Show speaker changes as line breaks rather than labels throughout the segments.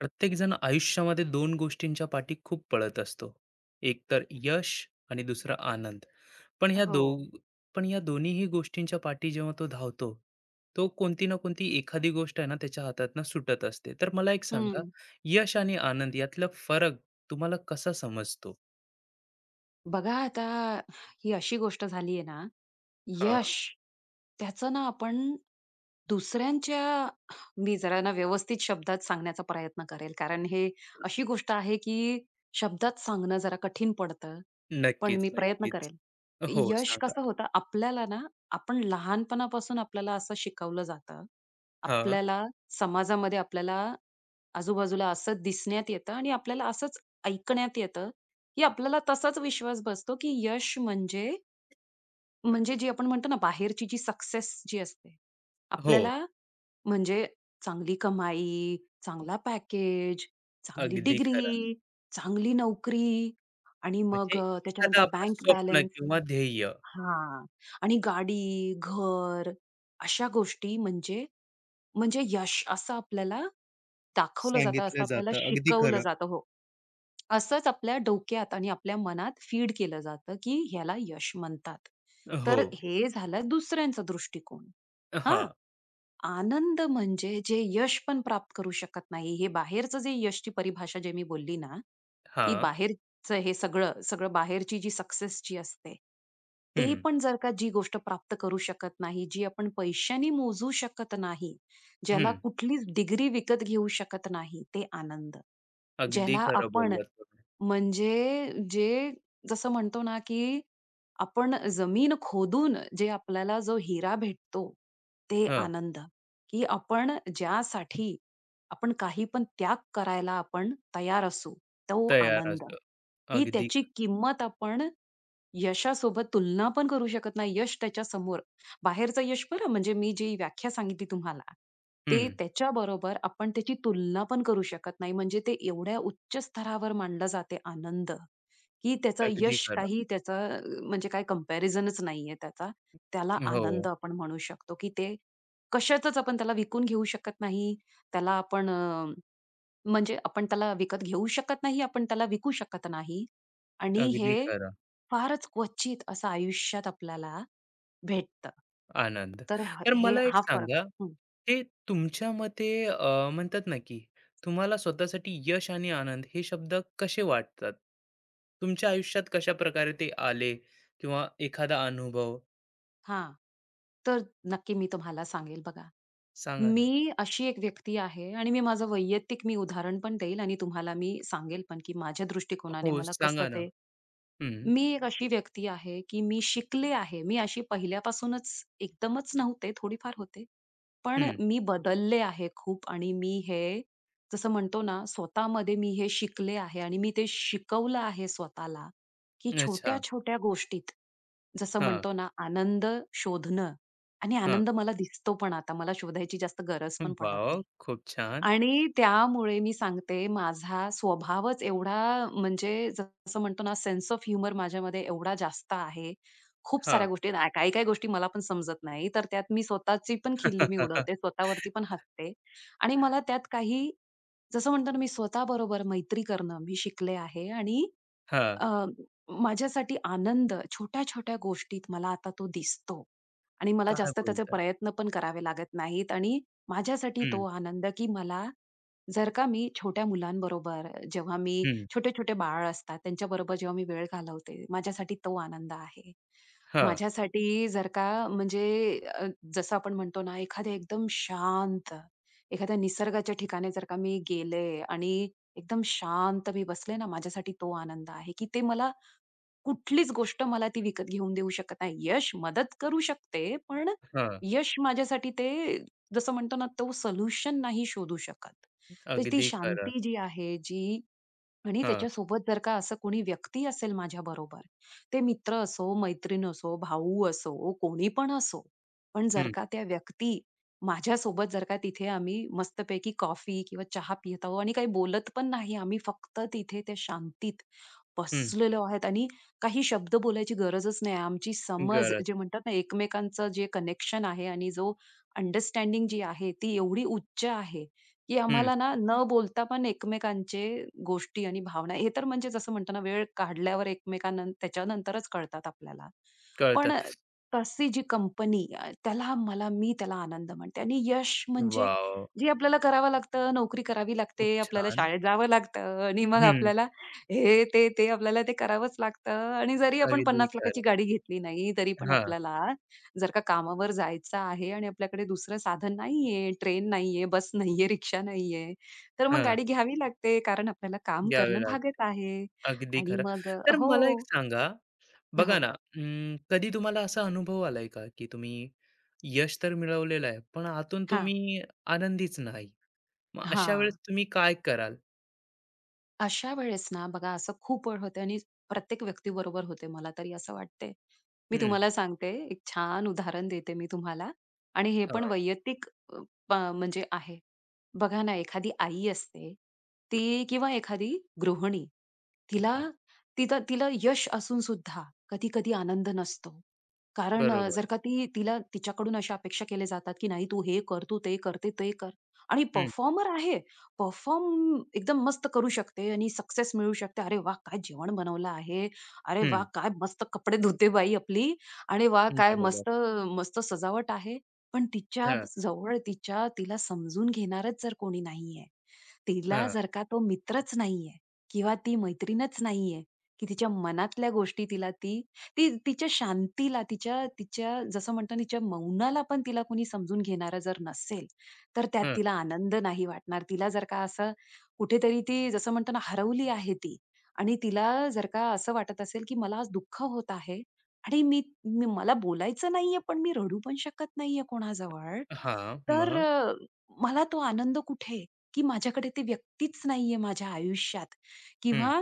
प्रत्येकजण आयुष्यामध्ये दोन गोष्टींच्या पाठी खूप पळत असतो. एक तर यश आणि दुसरा आनंद. पण ह्या
हो.
दो पण या दोन्हीही गोष्टींच्या पाठी जेव्हा तो धावतो, तो कोणती ना कोणती एखादी गोष्ट आहे ना त्याच्या हातातनं सुटत असते. तर मला एक सांगा,
हं.
यश आणि आनंद यातला फरक तुम्हाला कसा समजतो?
बघा आता ही अशी गोष्ट झाली आहे ना,
हा.
यश, त्याचं ना आपण दुसऱ्यांच्या मी जरा ना व्यवस्थित शब्दात सांगण्याचा प्रयत्न करेल. कारण हे अशी गोष्ट आहे, की शब्दात सांगणं जरा कठीण पडतं. पण
नक्कीच,
मी प्रयत्न
नक्कीच.
करेल.
हो,
यश
सांगा.
कसं होतं आपल्याला ना, आपण लहानपणापासून आपल्याला असं शिकवलं जातं.
हा.
आपल्याला समाजामध्ये आपल्याला आजूबाजूला असं दिसण्यात येतं आणि आपल्याला असंच ऐकण्यात येतं, की आपल्याला तसाच विश्वास बसतो, की यश म्हणजे म्हणजे जी आपण म्हणतो ना बाहेरची जी सक्सेस जी असते,
हो,
आपल्याला म्हणजे चांगली कमाई, चांगला पॅकेज, चांगली
अगदी खरं.
डिग्री, चांगली नोकरी आणि
म्हणजे
मग
एखादं
त्याच्यानंतर
आपलं
बँक
स्वप्न
बॅलन्स
किंवा ध्येय.
हां. आणि गाडी, घर अशा गोष्टी म्हणजे म्हणजे यश असं आपल्याला दाखवलं जातं,
सांगितलं
असं आपल्याला
जातं, अगदी
शिकवलं
खरं.
जातं. हो. असंच आपल्या डोक्यात आणि आपल्या मनात फीड केलं जातं, की ह्याला यश म्हणतात.
हो.
तर हे झालं दुसऱ्यांचा दृष्टिकोन.
हां,
हां. आनंद म्हणजे जे यश पण प्राप्त करू शकत नाही, हे बाहेरचं जे यशची परिभाषा जे मी बोलली ना, की
हां.
बाहेरचं हे सगळं, सगळं बाहेरची जी सक्सेस जी असते, ते
हं,
पण जर का जी गोष्ट प्राप्त करू शकत नाही, जी आपण पैशाने मोजू शकत नाही, ज्याला
हं.
कुठलीच डिग्री विकत घेऊ शकत नाही, ते आनंद.
अगदी
ज्याला
खरं
आपण
बोललात तुम्ही.
म्हणजे जे जसं म्हणतो ना, की आपण जमीन खोदून जे आपल्याला जो हिरा भेटतो, ते
हं,
आनंद, की आपण ज्यासाठी आपण काही पण त्याग करायला आपण तयार असू, तो
तयार
आनंद,
असतं.
की
अगदी.
त्याची किंमत आपण यशासोबत तुलना पण करू शकत नाही. यश त्याच्यासमोर. बाहेरचं यश बरं म्हणजे मी जी व्याख्या सांगितली तुम्हाला,
हं,
ते त्याच्याबरोबर आपण त्याची तुलना पण करू शकत नाही. म्हणजे ते एवढ्या उच्च स्तरावर मांडलं जाते आनंद, की त्याचं
अगदी
यश
खरं.
काही त्याचा म्हणजे काही कंपॅरिझनच नाहीये त्याचा. त्याला आनंद
हो,
आपण म्हणू शकतो, की ते कशातच आपण त्याला विकून घेऊ शकत नाही. त्याला आपण म्हणजे आपण त्याला विकत घेऊ शकत नाही, आपण त्याला विकू शकत नाही. आणि
अगदी
हे
खरं.
फारच क्वचित असं आयुष्यात आपल्याला भेटतं.
आनंद.
तर ह
तर
हे
मला एक
हा फरक
सांगा,
हं,
हे तुमच्या मते म्हणतात ना, की तुम्हाला स्वतःसाठी यश आणि आनंद हे शब्द कसे वाटतात? तुमच्या आयुष्यात कशाप्रकारे ते आले किंवा एखादा अनुभव?
हां. तर नक्की मी तुम्हाला सांगेल बघा.
सांगा ना?
मी अशी एक व्यक्ती आहे आणि मी माझं वैयक्तिक मी उदाहरण पण देईल आणि तुम्हाला मी सांगेल पण, की माझ्या
हो,
दृष्टिकोनाने मला कसं
सांगा ना.
ते
हं,
मी एक अशी व्यक्ती आहे, की मी शिकले आहे. मी अशी पहिल्यापासूनच एकदमच नव्हते, थोडीफार होते. पण
हं.
मी बदलले आहे खूप आणि मी हे जसं म्हणतो ना, स्वतःमध्ये मी हे शिकले आहे आणि मी ते शिकवलं आहे स्वतःला, की
अच्छा.
छोट्या-छोट्या गोष्टीत, जसं
हां,
म्हणतो ना, आनंद शोधणं आणि
हां.
आनंद मला दिसतो पण आता. मला शोधायची जास्त गरज पण पडत
वाव,
नाही.
खूप छान.
आणि त्यामुळे मी सांगते माझा स्वभावच एवढा म्हणजे जसं म्हणतो ना सेन्स ऑफ ह्युमर माझ्यामध्ये एवढा जास्त आहे. खूप साऱ्या
हां.
गोष्टी ना काही-काही गोष्टी मला पण समजत नाही. तर त्यात मी स्वतःची पण खिल्ली मी
हां.
उडवते, स्वतःवरती पण हसते आणि मला त्यात काही जसं म्हणतो ना मी स्वतःबरोबर मैत्री करणं मी शिकले आहे आणि अ, माझ्यासाठी आनंद छोट्या-छोट्या गोष्टीत मला आता तो दिसतो आणि मला
काय
जास्त त्याचे
बोलताय?
प्रयत्न पण करावे लागत नाहीत आणि माझ्यासाठी तो
हं,
आनंद, की मला जर का मी छोट्या मुलांबरोबर जेव्हा मी
हं.
छोटे-छोटे बाळ असतात, त्यांच्याबरोबर जेव्हा मी वेळ घालवते, माझ्यासाठी तो आनंद आहे.
हां,
माझ्यासाठी जर का म्हणजे अ, जसं आपण म्हणतो ना, एखाद्या एकदम शांत, एखाद्या निसर्गाच्या ठिकाणी जर का मी गेले आणि एकदम शांत मी बसले ना, माझ्यासाठी तो आनंद आहे, की ते मला कुठलीच गोष्ट मला ती विकत घेऊन देऊ शकत नाही. यश मदत करू शकते, पण
हां.
यश माझ्यासाठी ते जसं म्हणतो ना, तो सोल्युशन नाही शोधू शकत. तर ती
अगदी खरं.
शांती जी आहे, जी आणि
हां.
त्याच्यासोबत जर का असं कोणी व्यक्ती असेल माझ्या बरोबर. ते मित्र असो, मैत्रीण असो, भाऊ असो, कोणी पण असो. पण जर
हं,
का त्या व्यक्ती माझ्यासोबत जर का तिथे आम्ही मस्तपैकी कॉफी किंवा चहा पित आहोत आणि काही बोलत पण नाही. आम्ही फक्त तिथे त्या शांतीत
हं.
बसलेलो आहेत आणि काही शब्द बोलायची गरजच नाही. आमची समज
गरज.
जे म्हणतात ना, एकमेकांचं जे कनेक्शन आहे आणि जो अंडरस्टँडिंग जी आहे, ती एवढी उच्च आहे. की
हं,
आम्हाला ना, न बोलता पण एकमेकांचे गोष्टी आणि भावना हे तर म्हणजे जसं म्हणतो ना, वेळ काढल्यावर एकमेकांना त्याच्यानंतरच कळतात आपल्याला. पण
कळतात.
तशी जी कंपनी त्याला मला मी त्याला आनंद म्हणते आणि यश म्हणजे
वॉव!
जे आपल्याला करावं लागतं, नोकरी करावी लागते,
खूप
आपल्याला
छान.
शाळेत जावं लागतं आणि मग
हं.
आपल्याला हे, ते, ते आपल्याला ते करावंच लागतं आणि जरी आपण
अगदी
50 लाखाची
खरं.
गाडी घेतली नाही, तरी पण
हां,
आपल्याला जर का कामावर जायचं आहे आणि आपल्याकडे दुसरं साधन नाहीये, ट्रेन नाहीये, बस नाहीये, रिक्षा नाहीये, तर मग
हां.
गाडी घ्यावी लागते कारण आपल्याला काम
द्यावे
करणं भागच
लागते.
आहे.
अगदी
आणि
खरं.
मग
तर मला एक
हो,
सांगा, बघा
हो.
ना, कधी तुम्हाला असा अनुभव आलाय का, की तुम्ही यश तर मिळवलेलं आहे, पण आतून
हां,
तुम्ही आनंदीच नाही? मग अशा
हां.
वेळेस तुम्ही काय कराल?
अशा वेळेस ना बघा असं खूप वेळ होते आणि प्रत्येक व्यक्तीबरोबर होते मला तरी असं वाटते. मी
हं.
तुम्हाला सांगते एक छान उदाहरण देते मी तुम्हाला आणि हे पण वैयक्तिक अ, म्हणजे आहे. बघा ना एखादी आई असते, ती किंवा एखादी गृहिणी. तिला
हां,
तिथं तिला यश असून सुद्धा कधी-कधी आनंद नसतो. कारण
बरोबर.
जर का ती तिला तिच्याकडून अशा अपेक्षा केल्या जातात, की "नाही तू हे कर, तू ते कर, ते ते कर" आणि
हं,
परफॉर्मर आहे. परफॉर्म एकदम मस्त करू शकते आणि सक्सेस मिळू शकते. "अरे वाह! काय जेवण बनवलं आहे. अरे वाह!
हं,
काय मस्त कपडे धुते बाई आपली. अरे वाह!
हं,
काय
बरोबर.
मस्त मस्त सजावट आहे." पण तिच्या
हां,
जवळ तिच्या तिला समजून घेणारच जर कोणी नाहीये, तिला
हां,
जर का तो मित्रच नाहीये किंवा ती मैत्रीणच नाहीये, की तिच्या मनातल्या गोष्टी तिला ती ती तिच्या शांतीला, तिच्या तिच्या जसं म्हणतो ना, तिच्या मौनाला पण तिला कोणी समजून घेणारं जर नसेल तर त्यात
हां.
तिला आनंद नाही वाटणार. तिला जर का असं कुठेतरी ती जसं म्हणतो ना, हरवली आहे ती आणि तिला जर का असं वाटत असेल, की मला आज दुःख होत आहे आणि मी मी मला बोलायचं नाहीये, पण मी रडू पण शकत नाहीये कोणाजवळ.
हां,
तर
मग?
मला तो आनंद कुठे? की माझ्याकडे ती व्यक्तीच नाहीये माझ्या आयुष्यात
हं,
किंवा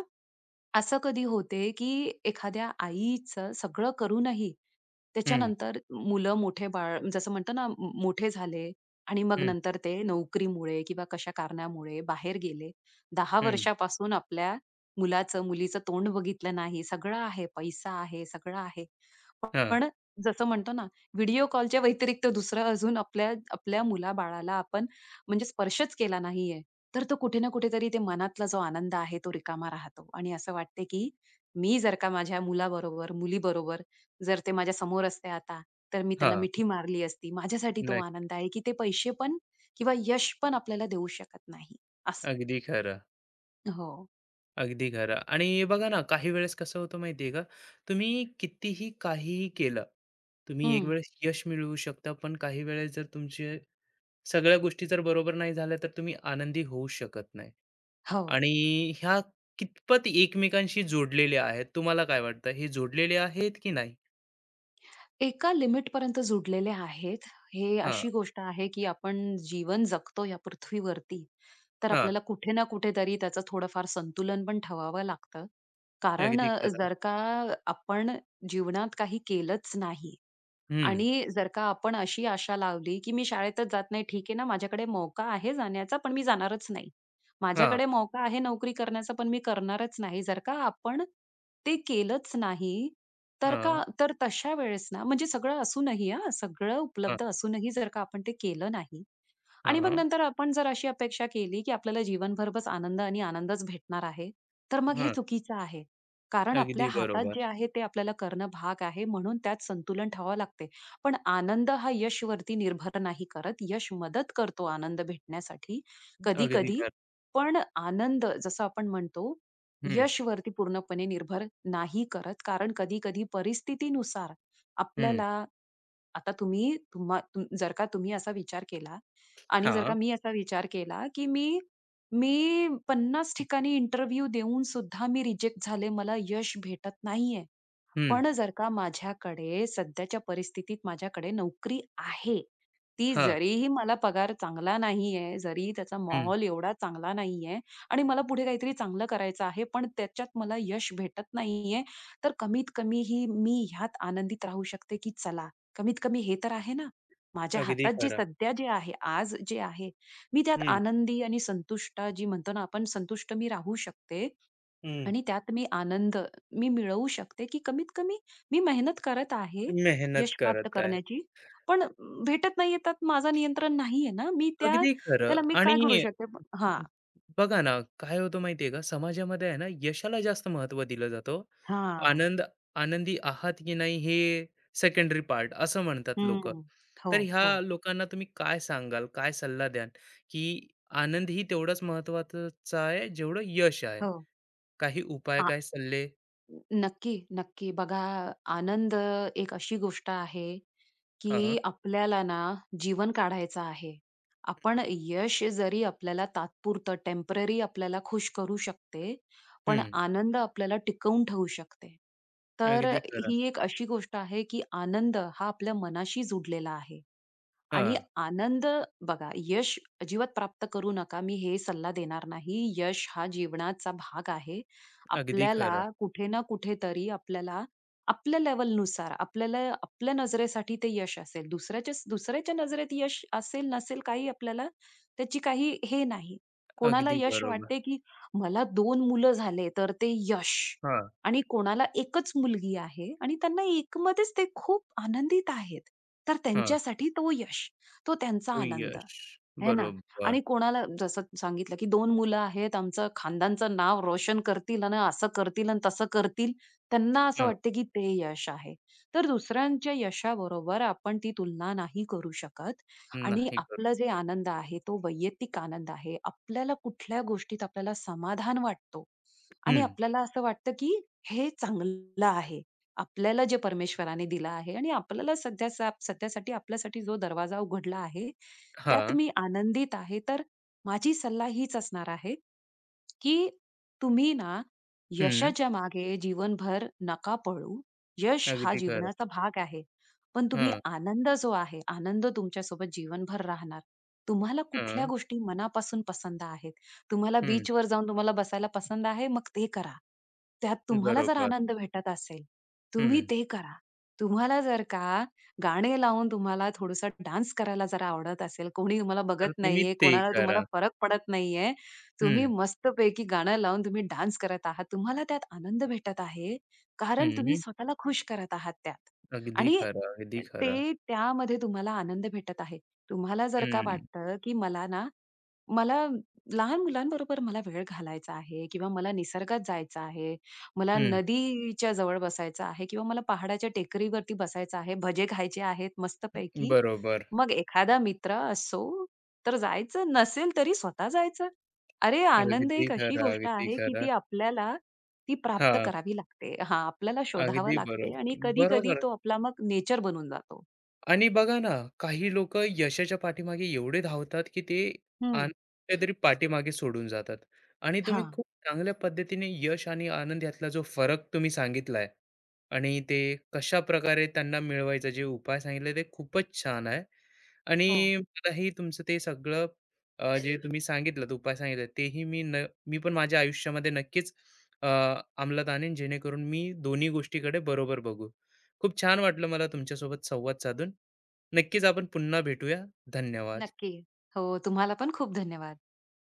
असं कधी होते, की एखाद्या आईचं सगळं करूनही
हं,
त्याच्यानंतर मुलं मोठे बाळ जसं म्हणतो ना, मोठे झाले आणि मग
हं,
नंतर ते नोकरीमुळे किंवा कशा कारणामुळे बाहेर गेले. 10
हं.
वर्षापासून आपल्या मुलाचं, मुलीचं तोंड बघितलं नाही. सगळं आहे, पैसा आहे, सगळं आहे.
हां,
पण जसं म्हणतो ना, व्हिडिओ कॉलच्या व्यतिरिक्त दुसरं अजून आपल्या आपल्या मुलाबाळाला आपण म्हणजे स्पर्शच केला नाहीये. तर तो कुठे ना कुठेतरी ते मनातला जो आनंद आहे तो रिकामा राहतो आणि असं वाटते की मी जर का माझ्या मुलाबरोबर, मुलीबरोबर जर ते माझ्या समोर असते आता, तर मी त्यांना
हां.
मिठी मारली असती. माझ्यासाठी तो
नाही,
आनंद आहे की ते पैसे पण किंवा यश पण आपल्याला देऊ शकत नाही असं.
अगदी खरं,
हो.
अगदी खरं. आणि बघा ना, काही वेळेस कसं होतं माहिती आहे का, तुम्ही कितीही काहीही केलं, तुम्ही एक
हं.
वेळेस यश मिळवू शकता, पण काही वेळेस जर तुमचे सगळ्या गोष्टी जर बरोबर नाही झाल्या, तर तुम्ही आनंदी होऊ शकत नाही.
हो.
आणि ह्या कितपत एकमेकांशी जोडलेल्या आहेत, तुम्हाला काय वाटतं? हे जोडलेले आहेत की नाही?
एका लिमिटपर्यंत जुडलेले आहेत. हे
हां,
अशी गोष्ट आहे, की आपण जीवन जगतो या पृथ्वीवरती, तर
हां.
आपल्याला कुठे ना कुठेतरी त्याचं थोडंफार संतुलन पण ठेवावं लागतं. कारण
अगदी खरं.
जर का आपण जीवनात काही केलंच नाही,
हं.
आणि जर का आपण अशी आशा लावली, की मी शाळेतच जात नाही, ठीक आहे ना, माझ्याकडे मौका आहे जाण्याचा, पण मी जाणारच नाही.
हां,
माझ्याकडे मौका आहे नोकरी करण्याचा, पण मी करणारच नाही. जर का आपण ते केलंच नाही, तर
हां,
का तर तशा वेळेस ना म्हणजे सगळं असूनही हां, सगळं
हां,
उपलब्ध असूनही जर का आपण ते केलं नाही, आणि मग
हां,
नंतर आपण जर अशी अपेक्षा केली, की आपल्याला जीवनभर बस आनंद आणि आनंदच भेटणार आहे, तर मग हे
हां.
चुकीचं आहे. कारण आपल्या
अगदी
हातात
बरोबर.
जे आहे ते आपल्याला करणं भाग आहे, म्हणून त्यात संतुलन ठेवावं लागते. पण आनंद हा यशवरती निर्भर नाही करत. यश मदत करतो आनंद भेटण्यासाठी
अगदी
कधी-कधी.
खरं.
पण आनंद जसं आपण म्हणतो,
हं,
यशवरती पूर्णपणे निर्भर नाही करत. कारण कधी-कधी परिस्थितीनुसार
हं.
आपल्याला आता तुम्ही तुम्हा तुम जर का तुम्ही असा विचार केला, आणि जर
हां,
का मी असा विचार केला, की मी मी 50 ठिकाणी इंटरव्ह्यू देऊन सुद्धा मी रिजेक्ट झाले. मला यश भेटत नाहीये.
हं,
पण जर का माझ्याकडे सध्याच्या परिस्थितीत माझ्याकडे नोकरी आहे. ती
हां,
जरीही मला पगार चांगला नाहीये, जरी त्याचा
हं.
माहोल एवढा चांगला नाहीये आणि मला पुढे काहीतरी चांगलं करायचं आहे, पण त्याच्यात मला यश भेटत नाहीये. तर कमीत कमी ही मी ह्यात आनंदित राहू शकते, की चला कमीत कमी हे तर आहे ना. माझ्या
अगदी
हातात जे
खरं.
सध्या जे आहे, आज जे आहे, मी त्यात
हं,
आनंदी आणि संतुष्ट जी म्हणतो ना आपण संतुष्ट मी राहू शकते.
हं.
आणि त्यात मी आनंद मी मिळवू शकते, की कमीत कमी मी मेहनत करत आहे
मेहनत
यश प्राप्त
करत आहे.
करण्याची. पण भेटत नाहीये त्यात माझं नियंत्रण नाहीये ना. मी त्या
अगदी खरं.
त्याला मी
आणि
काय करू शकते? हां,
अं, बघा ना, काय होतं माहिती आहे का, समाजामध्ये आहे ना, यशाला जास्त महत्त्व दिलं जातं.
हां.
आनंद, आनंदी आहात की नाही हे सेकंडरी पार्ट असं म्हणतात लोकं.
हं. हो,
तर ह्या
हो,
लोकांना तुम्ही काय सांगाल, काय सल्ला द्याल, की आनंद ही तेवढाच महत्त्वाचा आहे, जेवढं यश आहे?
हो.
काही उपाय, काय सल्ले?
नक्की, नक्की. बघा आनंद एक अशी गोष्ट आहे,
हां,
की आपल्याला ना जीवन काढायचं आहे. आपण यश जरी आपल्याला तात्पुरतं टेम्पररी आपल्याला खुश करू शकते, पण
हं.
आनंद आपल्याला टिकवून ठेवू शकते. तर
अगदी खरं.
ही एक अशी गोष्ट आहे, की आनंद हा आपल्या मनाशी जुडलेला आहे. आणि
हां,
आनंद बघा, यश अजिबात प्राप्त करू नका, मी हे सल्ला देणार नाही. यश हा जीवनाचा भाग आहे.
अगदी
आपल्याला
खरं.
कुठे ना कुठेतरी आपल्याला आपल्या लेव्हलनुसार आपल्याला आपल्या नजरेसाठी ते यश असेल. दुसऱ्याच्या दुसऱ्याच्या नजरेत यश असेल, नसेल काही आपल्याला त्याची काही हे नाही. कोणाला
अगदी
यश
बरोबर.
वाटते, की मला 2 मुलं झाले, तर ते यश.
हां,
आणि कोणाला एकच मुलगी आहे आणि त्यांना एकमध्येच ते खूप आनंदित आहेत. तर
हां.
त्यांच्यासाठी तो यश, तो त्यांचा
तो
आनंद.
यश.
आहे ना.
बरोबर.
आणि कोणाला जसं सांगितलं, की 2 मुलं आहेत, आमचं खानदानचं नाव रोशन करतील आणि असं करतील आणि तसं करतील. त्यांना असं
हां,
वाटतं, की ते यश आहे. तर दुसऱ्यांच्या यशाबरोबर आपण ती तुलना नाही करू शकत आणि
नाही करू.
आपला जे आनंद आहे, तो वैयक्तिक आनंद आहे. आपल्याला कुठल्या गोष्टीत आपल्याला समाधान वाटतो आणि
हं,
आपल्याला असं वाटतं, की हे चांगलं आहे. आपल्याला जे परमेश्वराने दिलं आहे आणि आपल्याला सध्या सध्यासाठी आपल्यासाठी जो दरवाजा उघडला आहे, त्यात
हां,
मी आनंदित आहे. तर माझी सल्ला हीच असणार आहे, की तुम्ही ना
हं.
यशाच्या मागे जीवनभर नका पळू. यश हा
अगदी खरं.
जीवनाचा भाग आहे. पण तुम्ही
हां,
आनंद जो आहे, आनंद तुमच्यासोबत जीवनभर राहणार. तुम्हाला कुठल्या
हां.
गोष्टी मनापासून पसंत आहेत. तुम्हाला
हं.
बीचवर जाऊन तुम्हाला बसायला पसंत आहे, मग ते करा. त्यात तुम्हाला जर
बरोबर.
आनंद भेटत असेल, तुम्ही
हं.
ते करा. तुम्हाला जर का गाणे लावून तुम्हाला थोडासा डान्स करायला जरा आवडत असेल, कोणी तुम्हाला
तर
बघत
तुम्ही
नाहीये,
ते
कोणाला तुम्हाला
करा.
फरक पडत नाहीये. तुम्ही
हं,
मस्तपैकी गाणं लावून तुम्ही डान्स करत आहात. तुम्हाला त्यात आनंद भेटत आहे, कारण तुम्ही
हं.
स्वतःला खुश करत आहात त्यात
अगदी
आणि
खरं, अगदी
ते
खरं.
त्यामध्ये तुम्हाला आनंद भेटत आहे. तुम्हाला जर का
हं,
वाटतं, की मला ना मला लहान मुलांबरोबर मला वेळ घालायचा आहे किंवा मला निसर्गात जायचं आहे, मला
हं.
नदीच्या जवळ बसायचं आहे किंवा मला पहाडाच्या टेकडीवरती बसायचं आहे, भजे खायचे आहेत मस्तपैकी.
बरोबर.
मग एखादा मित्र असो, तर जायचं नसेल तरी स्वतः जायचं. अरे, आनंद
अगदी
एक अशी
खरं,
गोष्ट
अगदी
आहे, की
खरं.
ती आपल्याला ती प्राप्त
हां,
करावी लागते. हां, आपल्याला शोधावा
अगदी
लागते
बरोबर.
आणि कधी-कधी
बरोबर.
तो आपला मग नेचर बनून जातो.
आणि बघा ना, काही लोकं यशाच्या पाठीमागे एवढे धावतात, की ते
हं.
आनंद कुठेतरी पाठीमागे सोडून जातात. आणि तुम्ही
हां.
खूप चांगल्या पद्धतीने यश आणि आनंद यातला जो फरक तुम्ही सांगितलाय आणि ते कशाप्रकारे त्यांना मिळवायचा जे उपाय सांगितले ते खूपच छान आहे.
हो,
आणि मलाही तुमचं ते सगळं, जे तुम्ही सांगितलंत, उपाय सांगितले तेही मी पण माझ्या आयुष्यामध्ये नक्कीच अ, अंमलात आणीन, जेणेकरून मी दोन्ही गोष्टीकडे बरोबर बघू. खूप छान वाटलं मला तुमच्यासोबत संवाद साधून. नक्कीच आपण पुन्हा भेटूया. धन्यवाद.
नक्की. हो, तुम्हाला पण खूप धन्यवाद.